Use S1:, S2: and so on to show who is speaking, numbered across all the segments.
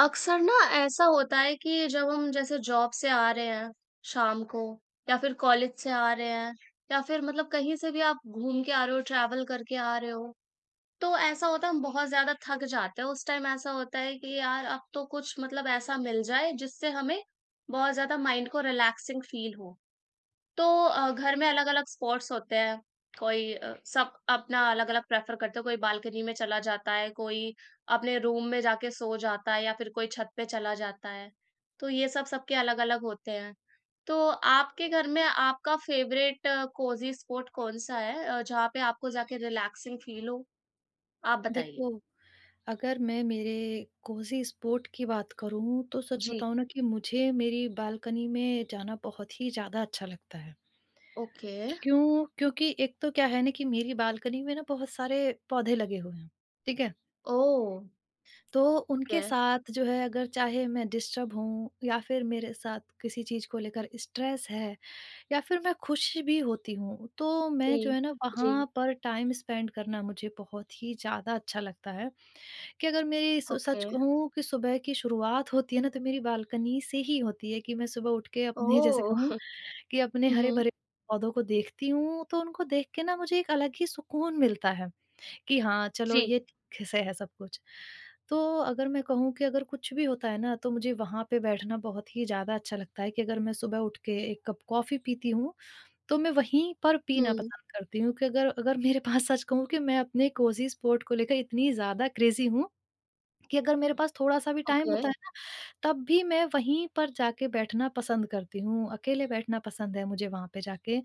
S1: अक्सर ना ऐसा होता है कि जब हम जैसे जॉब से आ रहे हैं शाम को या फिर कॉलेज से आ रहे हैं या फिर मतलब कहीं से भी आप घूम के आ रहे हो ट्रैवल करके आ रहे हो। तो ऐसा होता है हम बहुत ज्यादा थक जाते हैं। उस टाइम ऐसा होता है कि यार अब तो कुछ मतलब ऐसा मिल जाए जिससे हमें बहुत ज्यादा माइंड को रिलैक्सिंग फील हो। तो घर में अलग-अलग स्पॉट्स होते हैं। कोई सब अपना अलग-अलग प्रेफ़र करते हैं। कोई बालकनी में चला जाता है, कोई अपने रूम में जाके सो जाता है या फिर कोई छत पे चला जाता है। तो ये सब सबके अलग-अलग होते हैं। तो आपके घर में आपका फ़ेवरेट कोज़ी स्पॉट कौन-सा है जहाँ पे आपको जाके रिलैक्सिंग फ़ील हो? आप बताइए।
S2: देखो, अगर मैं मेरे कोज़ी स्पॉट की बात करूँ, तो सच
S1: जी।
S2: बताऊँ ना कि मुझे मेरी बालकनी में जाना बहुत ही ज़्यादा अच्छा लगता है।
S1: ओके।
S2: क्यों? क्योंकि एक तो क्या है ना कि मेरी बालकनी में ना बहुत सारे पौधे लगे हुए हैं, ठीक है?
S1: ओह!
S2: तो
S1: ओके।
S2: उनके साथ जो है, अगर चाहे मैं डिस्टर्ब हूँ या फिर मेरे साथ किसी चीज़ को लेकर स्ट्रेस है या फिर मैं खुश भी होती हूँ, तो मैं
S1: जी,
S2: जो है ना,
S1: जी।
S2: वहाँ पर टाइम स्पेंड करना मुझे बहुत ही ज़्यादा अच्छा लगता है। कि अगर मेरी सु सच
S1: ओके।
S2: कहूँ कि सुबह की शुरुआत होती है ना, तो मेरी बालकनी से ही होती है कि मैं सुबह उठ के अपने जैसे कहूँ
S1: ओह!
S2: कि अपने
S1: हुँ, हुँ।
S2: हरे-भरे पौधों को देखती हूँ, तो उनको देख के ना मुझे एक अलग ही सुकून मिलता है कि हाँ, चलो
S1: जी।
S2: ये ठीक से है सब कुछ। तो अगर मैं कहूँ कि अगर कुछ भी होता है ना, तो मुझे वहाँ पे बैठना बहुत ही ज़्यादा अच्छा लगता है कि अगर मैं सुबह उठ के 1 कप कॉफ़ी पीती हूँ, तो मैं वहीं पर पीना
S1: हुँ।
S2: पसंद करती हूँ कि अगर अगर मेरे पास सच कहूँ कि मैं अपने कोज़ी स्पॉट को लेकर इतनी ज़्यादा क्रेज़ी हूँ कि अगर मेरे पास थोड़ा-सा भी टाइम
S1: ओके।
S2: होता, जी। है ना, तब भी मैं वहीं पर जाके बैठना पसंद करती हूँ, अकेले बैठना पसंद है मुझे वहाँ पे जाके,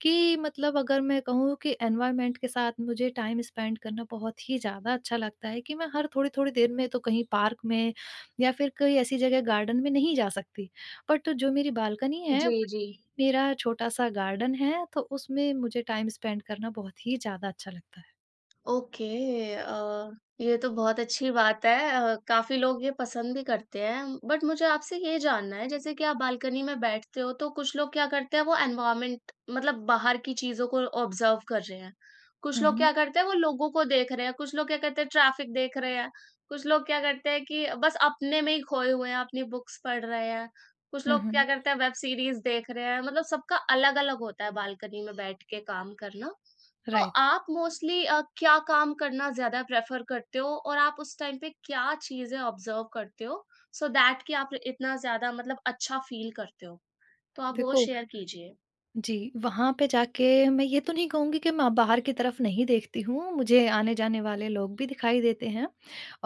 S2: कि मतलब अगर मैं कहूँ कि एनवायरनमेंट के साथ मुझे टाइम स्पेंड करना बहुत ही ज़्यादा अच्छा लगता है कि मैं हर थोड़ी-थोड़ी देर में तो कहीं पार्क में या फिर कोई ऐसी जगह गार्डन में नहीं जा सकती। बट जो मेरी बालकनी है,
S1: जी, जी।
S2: वहीं मेरा छोटा-सा गार्डन है, तो उसमें मुझे टाइम स्पेंड करना बहुत ही ज़्यादा अच्छा लगता है।
S1: ओके। अ, ये तो बहुत अच्छी बात है। काफ़ी लोग ये पसंद भी करते हैं। बट मुझे आपसे ये जानना है जैसे कि आप बालकनी में बैठते हो तो कुछ लोग क्या करते हैं वो एनवायरनमेंट मतलब बाहर की चीज़ों को ऑब्जर्व कर रहे हैं। कुछ
S2: हुँ,
S1: लोग
S2: हुँ।
S1: क्या करते हैं वो लोगों को देख रहे हैं, कुछ लोग क्या करते हैं ट्रैफिक देख रहे हैं, कुछ लोग क्या करते हैं कि बस अपने में ही खोए हुए हैं, अपनी बुक्स पढ़ रहे हैं, कुछ
S2: हुँ,
S1: लोग क्या
S2: हुँ।
S1: करते हैं वेब सीरीज़ देख रहे हैं। मतलब सबका अलग-अलग होता है बालकनी में बैठ के काम करना। तो
S2: राइट,
S1: आप मोस्टली क्या काम करना ज़्यादा प्रेफ़र करते हो और आप उस टाइम पे क्या चीज़ें ऑब्ज़र्व करते हो सो दैट कि आप इतना ज़्यादा मतलब अच्छा फ़ील करते हो? तो आप वो
S2: देखो
S1: शेयर कीजिए।
S2: जी, वहाँ पे जाके मैं ये तो नहीं कहूँगी कि मैं बाहर की तरफ नहीं देखती हूँ, मुझे आने-जाने वाले लोग भी दिखाई देते हैं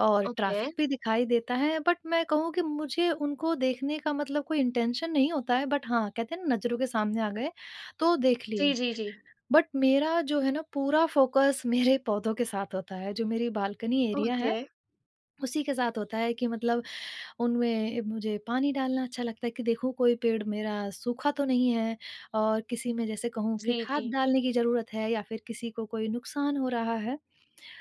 S2: और
S1: ओके।
S2: ट्रैफ़िक भी दिखाई देता है, बट मैं कहूँ कि मुझे उनको देखने का मतलब कोई इंटेंशन नहीं होता है, बट हाँ, कहते हैं ना नज़रों के सामने आ गए, तो देख लिए।
S1: जी, जी, जी।
S2: बट मेरा जो है ना पूरा फ़ोकस मेरे पौधों के साथ होता है, जो मेरी बालकनी एरिया है,
S1: ओके।
S2: उसी के साथ होता है कि मतलब उनमें मुझे पानी डालना अच्छा लगता है कि देखूँ कोई पेड़ मेरा सूखा तो नहीं है और किसी में जैसे कहूँ कि
S1: जी,
S2: खाद
S1: जी।
S2: डालने की ज़रूरत है या फिर किसी को कोई नुकसान हो रहा है।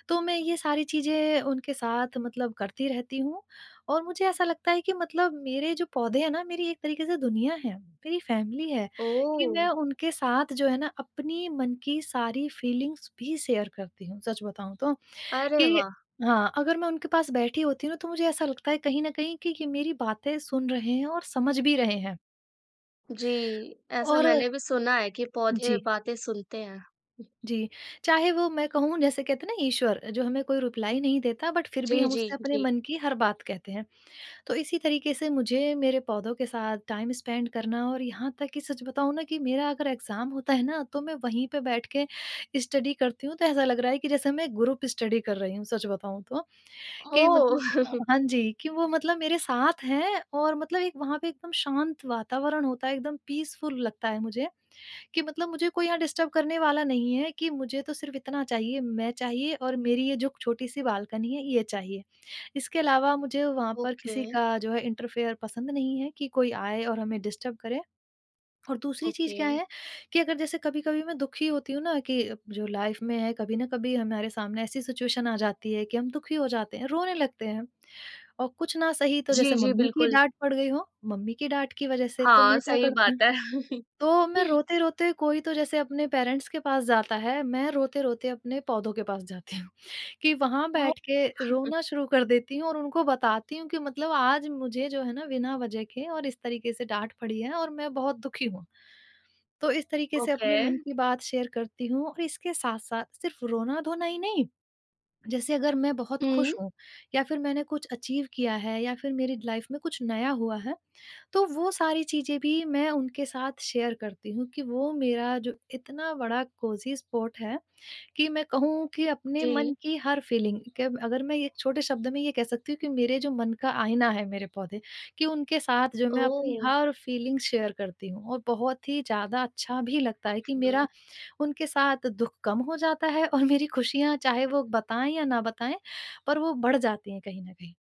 S2: तो मैं ये सारी चीज़ें उनके साथ मतलब करती रहती हूँ और मुझे ऐसा लगता है कि मतलब मेरे जो पौधे हैं ना, मेरी एक तरीके से दुनिया है, मेरी फैमिली है कि
S1: ओह!
S2: मैं उनके साथ जो है ना अपनी मन की सारी फीलिंग्स भी शेयर करती हूँ, सच बताऊँ तो।
S1: अरे
S2: कि
S1: वाह!
S2: हाँ, अगर मैं उनके पास बैठी होती हूँ ना, तो मुझे ऐसा लगता है कहीं न कहीं कि ये मेरी बातें सुन रहे हैं और समझ भी रहे हैं।
S1: जी, ऐसा
S2: और
S1: मैंने भी सुना है कि पौधे
S2: जी,
S1: बातें सुनते हैं।
S2: जी। चाहे वो मैं कहूँ जैसे कहते हैं ना ईश्वर, जो हमें कोई रिप्लाई नहीं देता बट फिर भी
S1: जी,
S2: हम
S1: जी,
S2: उससे अपने
S1: जी।
S2: मन की हर बात कहते हैं। तो इसी तरीके से मुझे मेरे पौधों के साथ टाइम स्पेंड करना और यहाँ तक कि सच बताऊँ ना कि मेरा अगर एग्ज़ाम होता है ना, तो मैं वहीं पे बैठ के स्टडी करती हूँ, तो ऐसा लग रहा है कि जैसे मैं ग्रुप स्टडी कर रही हूँ, सच बताऊँ तो। कि
S1: ओह!
S2: मतलब हाँ जी, कि वो मतलब मेरे साथ हैं और मतलब एक वहाँ पे एकदम शांत वातावरण होता है, एकदम पीसफुल लगता है मुझे, कि मतलब मुझे कोई यहाँ डिस्टर्ब करने वाला नहीं है कि मुझे तो सिर्फ़ इतना चाहिए, मैं चाहिए और मेरी ये जो छोटी-सी बालकनी है, ये चाहिए। इसके अलावा मुझे वहाँ पर
S1: ओके,
S2: किसी का जो है इंटरफेयर पसंद नहीं है कि कोई आए और हमें डिस्टर्ब करे। और दूसरी चीज़
S1: ओके।
S2: क्या है कि अगर जैसे कभी-कभी मैं दुखी होती हूँ ना कि जो लाइफ में है कभी ना कभी हमारे सामने ऐसी सिचुएशन आ जाती है कि हम दुखी हो जाते हैं, रोने लगते हैं और कुछ ना सही तो
S1: जी,
S2: जैसे
S1: जी,
S2: मम्मी की
S1: बिल्कुल।
S2: डाँट पड़ गई हो, मम्मी की डाँट की वज़ह से, तो
S1: हाँ,
S2: मैं क्या
S1: सही
S2: करती
S1: बात
S2: हूँ,
S1: है।
S2: तो मैं रोते-रोते कोई तो जैसे अपने पेरेंट्स के पास जाता है, मैं रोते-रोते अपने पौधों के पास जाती हूँ कि वहाँ
S1: तो
S2: बैठ के रोना शुरू कर देती हूँ और उनको बताती हूँ कि मतलब आज मुझे जो है ना बिना वज़ह के और इस तरीके से डाँट पड़ी है और मैं बहुत दुखी हूँ। तो इस तरीके से
S1: ओके।
S2: अपने मन की बात शेयर करती हूँ और इसके साथ-साथ सिर्फ़ रोना-धोना ही नहीं, जैसे अगर मैं बहुत खुश
S1: हुँ,
S2: हूँ या फिर मैंने कुछ अचीव किया है या फिर मेरी लाइफ़ में कुछ नया हुआ है, तो वो सारी चीज़ें भी मैं उनके साथ शेयर करती हूँ कि वो मेरा जो इतना बड़ा कोज़ी स्पॉट है कि मैं कहूँ कि अपने
S1: जी।
S2: मन की हर फीलिंग के अगर मैं एक छोटे शब्द में ये कह सकती हूँ कि मेरे जो मन का आईना है मेरे पौधे, कि उनके साथ जो मैं अपनी
S1: ओह!
S2: हर फीलिंग शेयर करती हूँ और बहुत ही ज़्यादा अच्छा भी लगता है कि
S1: हुँ।
S2: मेरा उनके साथ दुःख कम हो जाता है और मेरी खुशियाँ चाहे वो बताएँ या ना बताएँ, पर वो बढ़ जाती हैं कहीं न कहीं।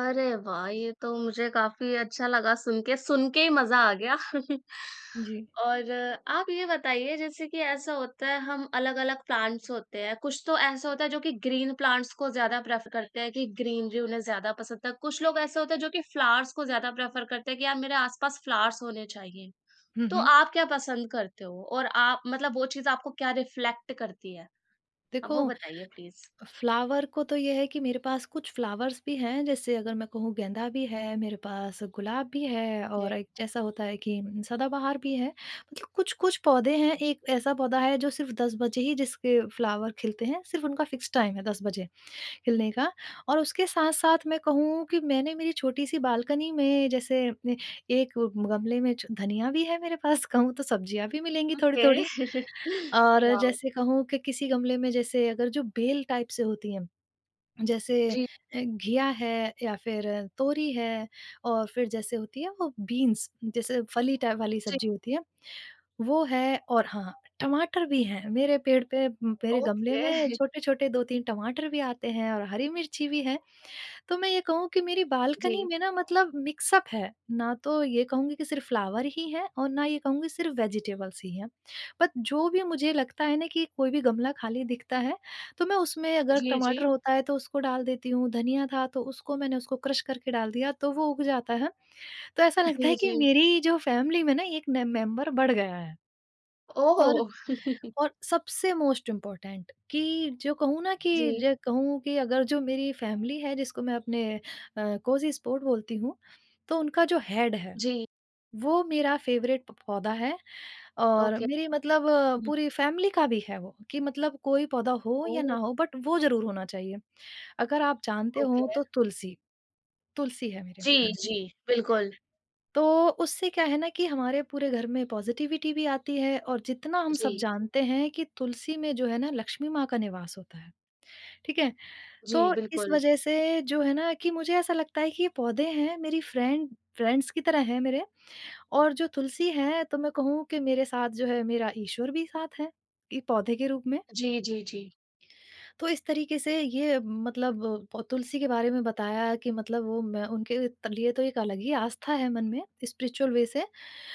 S1: अरे वाह! ये तो मुझे काफ़ी अच्छा लगा सुन के ही मज़ा आ गया।
S2: जी।
S1: और आप ये बताइए जैसे कि ऐसा होता है हम अलग-अलग प्लांट्स होते हैं, कुछ तो ऐसा होता है जो कि ग्रीन प्लांट्स को ज़्यादा प्रेफ़र करते हैं कि ग्रीनरी उन्हें ज़्यादा पसंद है, कुछ लोग ऐसे होते हैं जो कि फ्लावर्स को ज़्यादा प्रेफ़र करते हैं कि यार मेरे आस-पास फ्लावर्स होने चाहिए।
S2: हुँ,
S1: तो
S2: हुँ।
S1: आप क्या पसंद करते हो? और आप मतलब वो चीज़ आपको क्या रिफ्लेक्ट करती है? अब वो
S2: देखो,
S1: बताइए प्लीज़?
S2: फ्लावर को तो ये है कि मेरे पास कुछ फ्लावर्स भी हैं, जैसे अगर मैं कहूँ गेंदा भी है, मेरे पास गुलाब भी है और एक जैसा होता है कि सदाबहार भी है। मतलब कुछ-कुछ पौधे हैं, एक ऐसा पौधा है जो सिर्फ़ 10 बजे ही जिसके फ्लावर खिलते हैं, सिर्फ़ उनका फ़िक्स टाइम है 10 बजे खिलने का। और उसके साथ-साथ मैं कहूँ कि मैंने मेरी छोटी-सी बालकनी में जैसे ए एक गमले में छ धनिया भी है मेरे पास, कहूँ तो सब्जियाँ भी मिलेंगी
S1: ओके।
S2: थोड़ी-थोड़ी और
S1: वाओ!
S2: जैसे कहूँ कि किसी गमले में जैसे अगर जो बेल टाइप से होती हैं, जैसे
S1: जी,
S2: घिया है या फिर तोरी है और फिर जैसे होती है वो बीन्स, जैसे फली टाइप वाली
S1: जी,
S2: सब्जी होती है, वो है और हाँ, टमाटर भी हैं। मेरे पेड़ पे मेरे गमले
S1: ओके।
S2: में छोटे-छोटे 2-3 टमाटर भी आते हैं और हरी मिर्ची भी है। तो मैं ये कहूँ कि मेरी बालकनी
S1: जी,
S2: में ना मतलब मिक्सअप है, ना तो ये कहूँगी कि सिर्फ़ फ्लावर ही हैं और ना ये कहूँगी सिर्फ़ वेजिटेबल्स ही हैं। बट जो भी मुझे लगता है ना कि कोई भी गमला खाली दिखता है, तो मैं उसमें अगर
S1: जी, जी,
S2: टमाटर होता है तो उसको डाल देती हूँ, धनिया था तो उसको मैंने उसको क्रश करके डाल दिया, तो वो उग जाता है। तो ऐसा लगता
S1: जी,
S2: है कि
S1: जी।
S2: मेरी जो फ़ैमिली में ना एक न मेंबर बढ़ गया है। और
S1: ओह!
S2: और सबसे मोस्ट इम्पोर्टेंट कि जो कहूँ ना कि
S1: जी,
S2: जो कहूँ कि अगर जो मेरी फैमिली है जिसको मैं अपने कोजी स्पोर्ट बोलती हूँ, तो उनका जो हेड है,
S1: जी,
S2: वो मेरा फेवरेट प पौधा है और
S1: ओके।
S2: मेरी मतलब
S1: हुँ,
S2: पूरी फैमिली का भी है वो, कि मतलब कोई पौधा हो या
S1: ओह!
S2: ना हो बट वो ज़रूर होना चाहिए। अगर आप जानते
S1: ओके।
S2: हो तो तुलसी, तुलसी है मेरे
S1: जी,
S2: घर में।
S1: जी, बिल्कुल।
S2: तो उससे क्या है ना कि हमारे पूरे घर में पॉजिटिविटी भी आती है और जितना हम सब
S1: जी,
S2: जानते हैं कि तुलसी में जो है ना लक्ष्मी माँ का निवास होता है, ठीक है?
S1: जी,
S2: तो इस
S1: बिल्कुल।
S2: वजह से जो है ना कि मुझे ऐसा लगता है कि ये पौधे हैं मेरी फ्रेंड्स की तरह हैं मेरे और जो तुलसी है तो मैं कहूँ कि मेरे साथ जो है मेरा ईश्वर भी साथ है, ये पौधे के रूप में।
S1: जी, जी, जी।
S2: तो इस तरीके से ये मतलब प तुलसी के बारे में बताया कि मतलब वो मैं उनके त लिए तो एक अलग ही आस्था है मन में, स्पिरिचुअल वे से।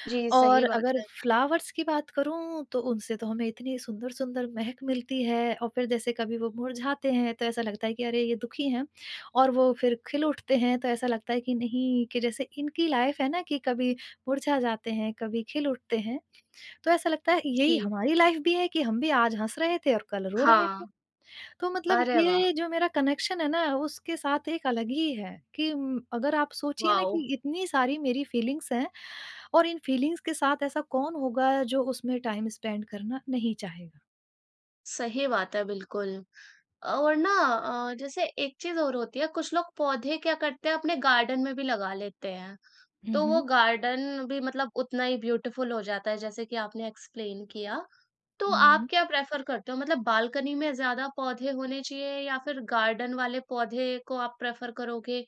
S1: जी,
S2: और
S1: सही बात
S2: अगर
S1: है।
S2: फ्लावर्स की बात करूँ तो उनसे तो हमें इतनी सुंदर-सुंदर महक मिलती है और फिर जैसे कभी वो मुरझाते हैं तो ऐसा लगता है कि अरे ये दुखी हैं और वो फिर खिल उठते हैं तो ऐसा लगता है कि नहीं, कि जैसे इनकी लाइफ़ है ना कि कभी मुरझा जाते हैं, कभी खिल उठते हैं। तो ऐसा लगता है यही
S1: जी,
S2: हमारी लाइफ़ भी है कि हम भी आज हँस रहे थे और कल रो रहे थे।
S1: हाँ।
S2: तो मतलब
S1: अरे वाह!
S2: ये जो मेरा कनेक्शन है ना उसके साथ एक अलग ही है कि अगर आप सोचिए ना
S1: वाओ!
S2: कि इतनी सारी मेरी फीलिंग्स हैं और इन फीलिंग्स के साथ ऐसा कौन होगा जो उसमें टाइम स्पेंड करना नहीं चाहेगा?
S1: सही बात है, बिल्कुल। और ना जैसे एक चीज़ और होती है, कुछ लोग पौधे क्या करते हैं, अपने गार्डन में भी लगा लेते हैं। तो वो
S2: हम्म।
S1: गार्डन भी मतलब उतना ही ब्यूटीफुल हो जाता है जैसे कि आपने एक्सप्लेन किया। तो आप
S2: हम्म।
S1: क्या प्रेफ़र करते हो? मतलब बालकनी में ज़्यादा पौधे होने चाहिए या फिर गार्डन वाले पौधे को आप प्रेफ़र करोगे?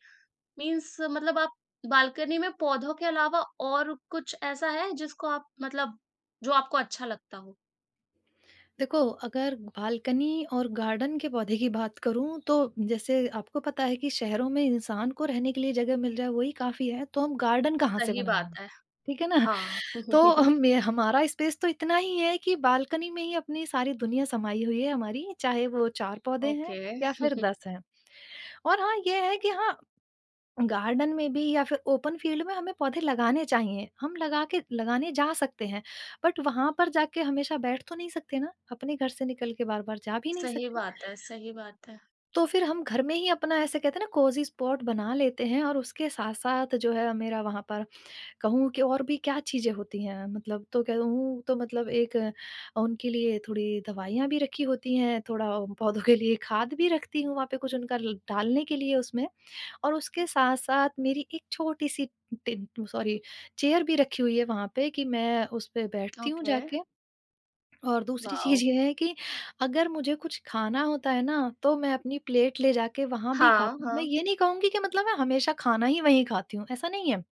S1: मीन्स मतलब आप बालकनी में पौधों के अलावा और कुछ ऐसा है जिसको आप मतलब जो आपको अच्छा लगता हो?
S2: देखो, अगर बालकनी और गार्डन के पौधे की बात करूं तो जैसे आपको पता है कि शहरों में इंसान को रहने के लिए जगह मिल जाए वही काफी है, तो हम गार्डन कहाँ से
S1: सही बात
S2: बनाएंगे?
S1: है।
S2: ठीक है ना?
S1: हाँ।
S2: तो मे हमारा स्पेस तो इतना ही है कि बालकनी में ही अपनी सारी दुनिया समाई हुई है हमारी, चाहे वो 4 पौधे हैं
S1: ओके।
S2: या फिर 10 हैं। और हाँ, ये है कि हाँ, गार्डन में भी या फिर ओपन फील्ड में हमें पौधे लगाने चाहिए। हम लगा के लगाने जा सकते हैं, बट वहाँ पर जाके हमेशा बैठ तो नहीं सकते ना, अपने घर से निकल के बार-बार जा भी नहीं
S1: सही
S2: सकते।
S1: बात है, सही बात है।
S2: तो फिर हम घर में ही अपना ऐसे कहते हैं ना कोज़ी स्पॉट बना लेते हैं, और उसके साथ-साथ जो है मेरा वहाँ पर कहूँ कि और भी क्या चीज़ें होती हैं, मतलब तो कहूँ तो मतलब एक उनके लिए थोड़ी दवाइयाँ भी रखी होती हैं, थोड़ा पौधों के लिए खाद भी रखती हूँ वहाँ पे, कुछ उनका ल डालने के लिए उसमें। और उसके साथ-साथ मेरी एक छोटी-सी टिन, सॉरी, चेयर भी रखी हुई है वहाँ पे, कि मैं उस पे बैठती हूँ
S1: ओके,
S2: जाके। और दूसरी
S1: वॉव!
S2: चीज़ ये है कि अगर मुझे कुछ खाना होता है ना, तो मैं अपनी प्लेट ले जाके वहाँ भी
S1: हाँ,
S2: खाती हूँ। मैं
S1: हाँ।
S2: ये नहीं कहूँगी कि मतलब मैं हमेशा खाना ही वहीं खाती हूँ, ऐसा नहीं है।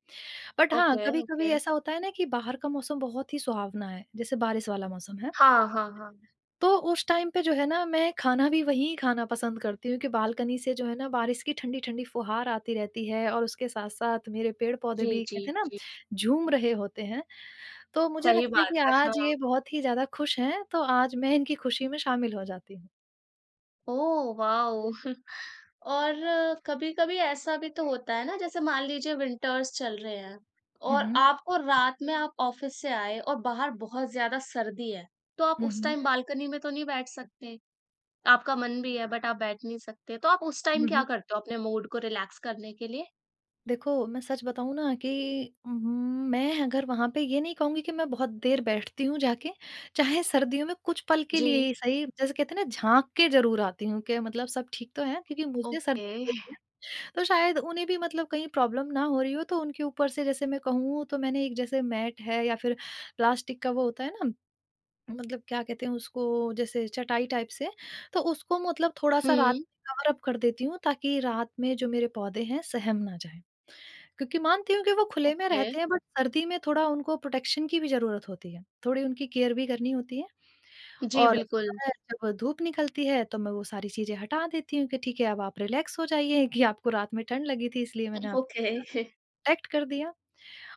S2: बट हाँ,
S1: ओके,
S2: कभी-कभी
S1: ओके।
S2: ऐसा होता है ना कि बाहर का मौसम बहुत ही सुहावना है, जैसे बारिश वाला मौसम है।
S1: हाँ, हाँ, हाँ।
S2: तो उस टाइम पे जो है ना, मैं खाना भी वहीं खाना पसंद करती हूँ कि बालकनी से जो है ना, बारिश की ठंडी-ठंडी फुहार आती रहती है, और उसके साथ-साथ मेरे पेड़-पौधे
S1: जी,
S2: भी
S1: जी,
S2: कहते हैं ना,
S1: जी।
S2: झूम रहे होते हैं। तो मुझे
S1: सही
S2: लगता है
S1: बात
S2: कि
S1: है,
S2: आज
S1: हाँ।
S2: ये बहुत ही ज़्यादा खुश हैं, तो आज मैं इनकी खुशी में शामिल हो जाती हूँ।
S1: Oh wow! और कभी-कभी ऐसा भी तो होता है ना जैसे मान लीजिए विंटर्स चल रहे हैं
S2: हुँ,
S1: और
S2: हुँ।
S1: आपको रात में आप ऑफ़िस से आए और बाहर बहुत ज़्यादा सर्दी है, तो आप
S2: हुँ,
S1: उस
S2: हुँ।
S1: टाइम बालकनी में तो नहीं बैठ सकते। आपका मन भी है बट आप बैठ नहीं सकते, तो आप उस टाइम
S2: हुँ,
S1: क्या
S2: हुँ।
S1: करते हो अपने मूड को रिलैक्स करने के लिए?
S2: देखो, मैं सच बताऊँ ना कि उहुँ, मैं अगर वहाँ पे, ये नहीं कहूँगी कि मैं बहुत देर बैठती हूँ जाके, चाहे सर्दियों में कुछ पल के लिए
S1: जी।
S2: ही सही, जैसे कहते हैं ना झाँक के ज़रूर आती हूँ कि मतलब सब ठीक तो है? क्योंकि मुझे
S1: ओके।
S2: सर्दी लगी है, तो शायद उन्हें भी मतलब कहीं प्रॉब्लम ना हो रही हो, तो उनके ऊपर से जैसे मैं कहूँ तो मैंने एक, जैसे मैट है या फिर प्लास्टिक का वो होता है ना, मतलब क्या कहते हैं उसको, जैसे चटाई टाइप से, तो उसको मतलब थोड़ा-सा रात
S1: हुँ।
S2: में कवर अप कर देती हूँ, ताकि रात में जो मेरे पौधे हैं सहम ना जाएँ। क्योंकि मानती हूँ कि वो खुले में
S1: ओके।
S2: रहते हैं, बट सर्दी में थोड़ा उनको प्रोटेक्शन की भी ज़रूरत होती है, थोड़ी उनकी केयर भी करनी होती है।
S1: जी,
S2: और
S1: बिल्कुल।
S2: सुबह जब धूप निकलती है तो मैं वो सारी चीज़ें हटा देती हूँ कि ठीक है, अब आप रिलैक्स हो जाइए, कि आपको रात में ठंड लगी थी इसलिए मैंने आपको
S1: ओके।
S2: थोड़ा प्रोटेक्ट कर दिया।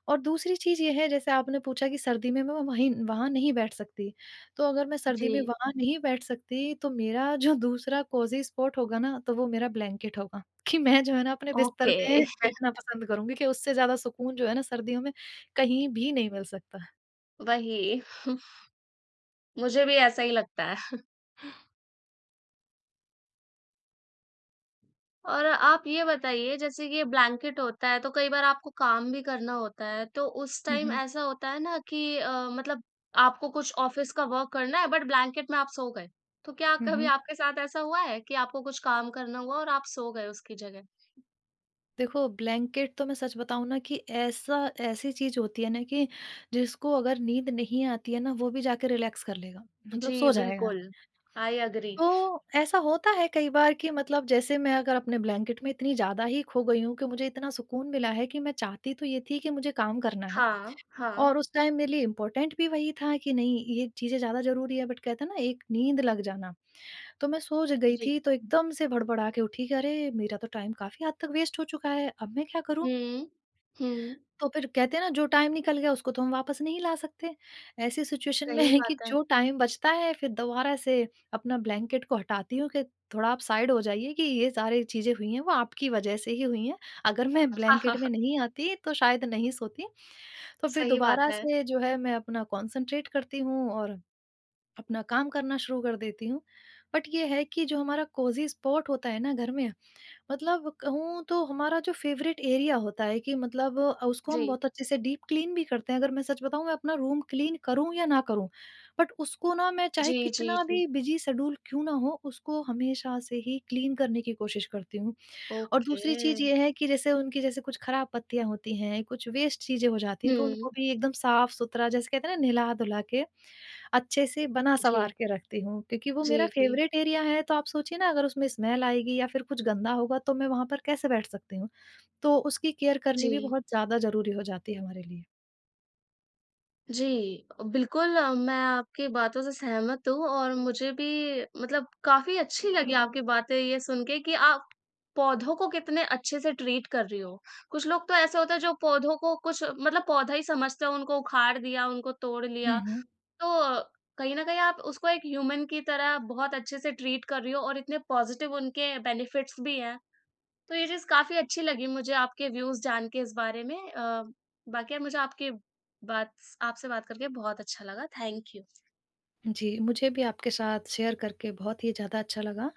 S2: और दूसरी चीज़ ये है, जैसे आपने पूछा कि सर्दी में मैं वहीं वहाँ नहीं बैठ सकती, तो अगर मैं सर्दी
S1: जी।
S2: में वहाँ नहीं बैठ सकती तो मेरा जो दूसरा कोज़ी स्पॉट होगा ना तो वो मेरा ब्लैंकेट होगा, कि मैं जो है ना अपने बिस्तर
S1: ओके,
S2: में बैठना पसंद करूँगी, कि उससे ज़्यादा सुकून जो है ना सर्दियों में कहीं भी नहीं मिल सकता।
S1: वही। मुझे भी ऐसा ही लगता है। और आप ये बताइए जैसे कि ये ब्लैंकेट होता है तो कई बार आपको काम भी करना होता है, तो उस
S2: हुँ,
S1: टाइम
S2: हुँ।
S1: ऐसा होता है ना कि मतलब आपको कुछ ऑफ़िस का वर्क करना है बट ब्लैंकेट में आप सो गए। तो क्या
S2: हुँ,
S1: कभी
S2: हुँ।
S1: आपके साथ ऐसा हुआ है कि आपको कुछ काम करना हुआ और आप सो गए उसकी जगह?
S2: देखो, ब्लैंकेट तो मैं सच बताऊँ ना कि ऐसा ऐसी चीज़ होती है ना कि जिसको अगर नींद नहीं आती है ना, वो भी जाके रिलैक्स कर लेगा, मतलब
S1: जी,
S2: सो जाएगा।
S1: बिल्कुल। I agree.
S2: तो ऐसा होता है कई बार कि मतलब जैसे मैं अगर अपने ब्लैंकेट में इतनी ज़्यादा ही खो गई हूँ कि मुझे इतना सुकून मिला है, कि मैं चाहती तो ये थी कि मुझे काम करना है,
S1: हाँ, हाँ।
S2: और उस टाइम मेरे लिए इम्पोर्टेंट भी वही था कि नहीं, ये चीज़ें ज़्यादा ज़रूरी है बट कहते हैं ना, एक नींद लग जाना। तो मैं सो ज गई
S1: जी।
S2: थी, तो एकदम से भड़बड़ा के उठी कि अरे, मेरा तो टाइम काफ़ी हद तक वेस्ट हो चुका है, अब मैं क्या करूँ?
S1: हुँ। हुँ,
S2: तो फिर कहते हैं ना, जो टाइम निकल गया उसको तो हम वापस नहीं ला सकते। ऐसी सिचुएशन में
S1: सही
S2: है कि
S1: बात है।
S2: जो टाइम बचता है फिर दोबारा से अपना ब्लैंकेट को हटाती हूँ कि थोड़ा आप साइड हो जाइए, कि ये सारी चीज़ें हुई हैं वो आपकी वजह से ही हुई हैं। अगर मैं
S1: हाँ हाँ
S2: ब्लैंकेट में
S1: हाँ,
S2: नहीं आती तो शायद नहीं सोती। तो फिर
S1: सही बात
S2: दोबारा
S1: है।
S2: से जो है मैं अपना कॉन्सन्ट्रेट करती हूँ और अपना काम करना शुरू कर देती हूँ। बट ये है कि जो हमारा कोज़ी स्पॉट होता है ना घर में, मतलब कहूँ तो हमारा जो फेवरेट एरिया होता है, कि मतलब उसको हम
S1: जी।
S2: बहुत अच्छे से डीप क्लीन भी करते हैं। अगर मैं सच बताऊँ, मैं अपना रूम क्लीन करूँ या ना करूँ, बट उसको ना, मैं चाहे
S1: जी, जी,
S2: कितना
S1: जी।
S2: भी बिज़ी शेड्यूल क्यों ना हो, उसको हमेशा से ही क्लीन करने की कोशिश करती हूँ। और
S1: ओके।
S2: दूसरी चीज़ ये है कि जैसे उनकी जैसे कुछ खराब पत्तियाँ होती हैं, कुछ वेस्ट चीज़ें हो जाती हैं, तो
S1: हुँ,
S2: उनको भी एकदम साफ-सुथरा, जैसे कहते हैं ना, नहला-धुला के अच्छे से
S1: जी।
S2: बना-सँवार के रखती हूँ, क्योंकि वो मेरा
S1: जी, जी।
S2: फ़ेवरेट एरिया है, तो आप सोचिए ना, अगर उसमें स्मेल आएगी या फिर कुछ गंदा होगा, तो मैं वहाँ पर कैसे बैठ सकती हूँ? तो उसकी केयर करनी भी
S1: जी,
S2: बहुत ज़्यादा ज़रूरी हो जाती है हमारे लिए।
S1: जी। बिल्कुल, मैं आपकी बातों से सहमत हूँ और मुझे भी मतलब काफ़ी अच्छी लगी आपकी बातें ये सुन के कि आप पौधों को कितने अच्छे से ट्रीट कर रही हो। कुछ लोग तो ऐसे होते हैं जो पौधों को कुछ मतलब पौधा ही समझते हैं, उनको उखाड़ दिया, उनको तोड़ लिया।
S2: हुँ, हुँ।
S1: तो कहीं न कहीं आप उसको एक ह्यूमन की तरह बहुत अच्छे से ट्रीट कर रही हो और इतने पॉज़िटिव उनके बेनिफिट्स भी हैं। तो ये चीज़ काफ़ी अच्छी लगी मुझे आपके व्यूज़ जान के इस बारे में। बाकी यार मुझे आपकी बात आपसे बात करके बहुत अच्छा लगा। Thank you.
S2: जी, मुझे भी आपके साथ शेयर करके बहुत ही ज़्यादा अच्छा लगा।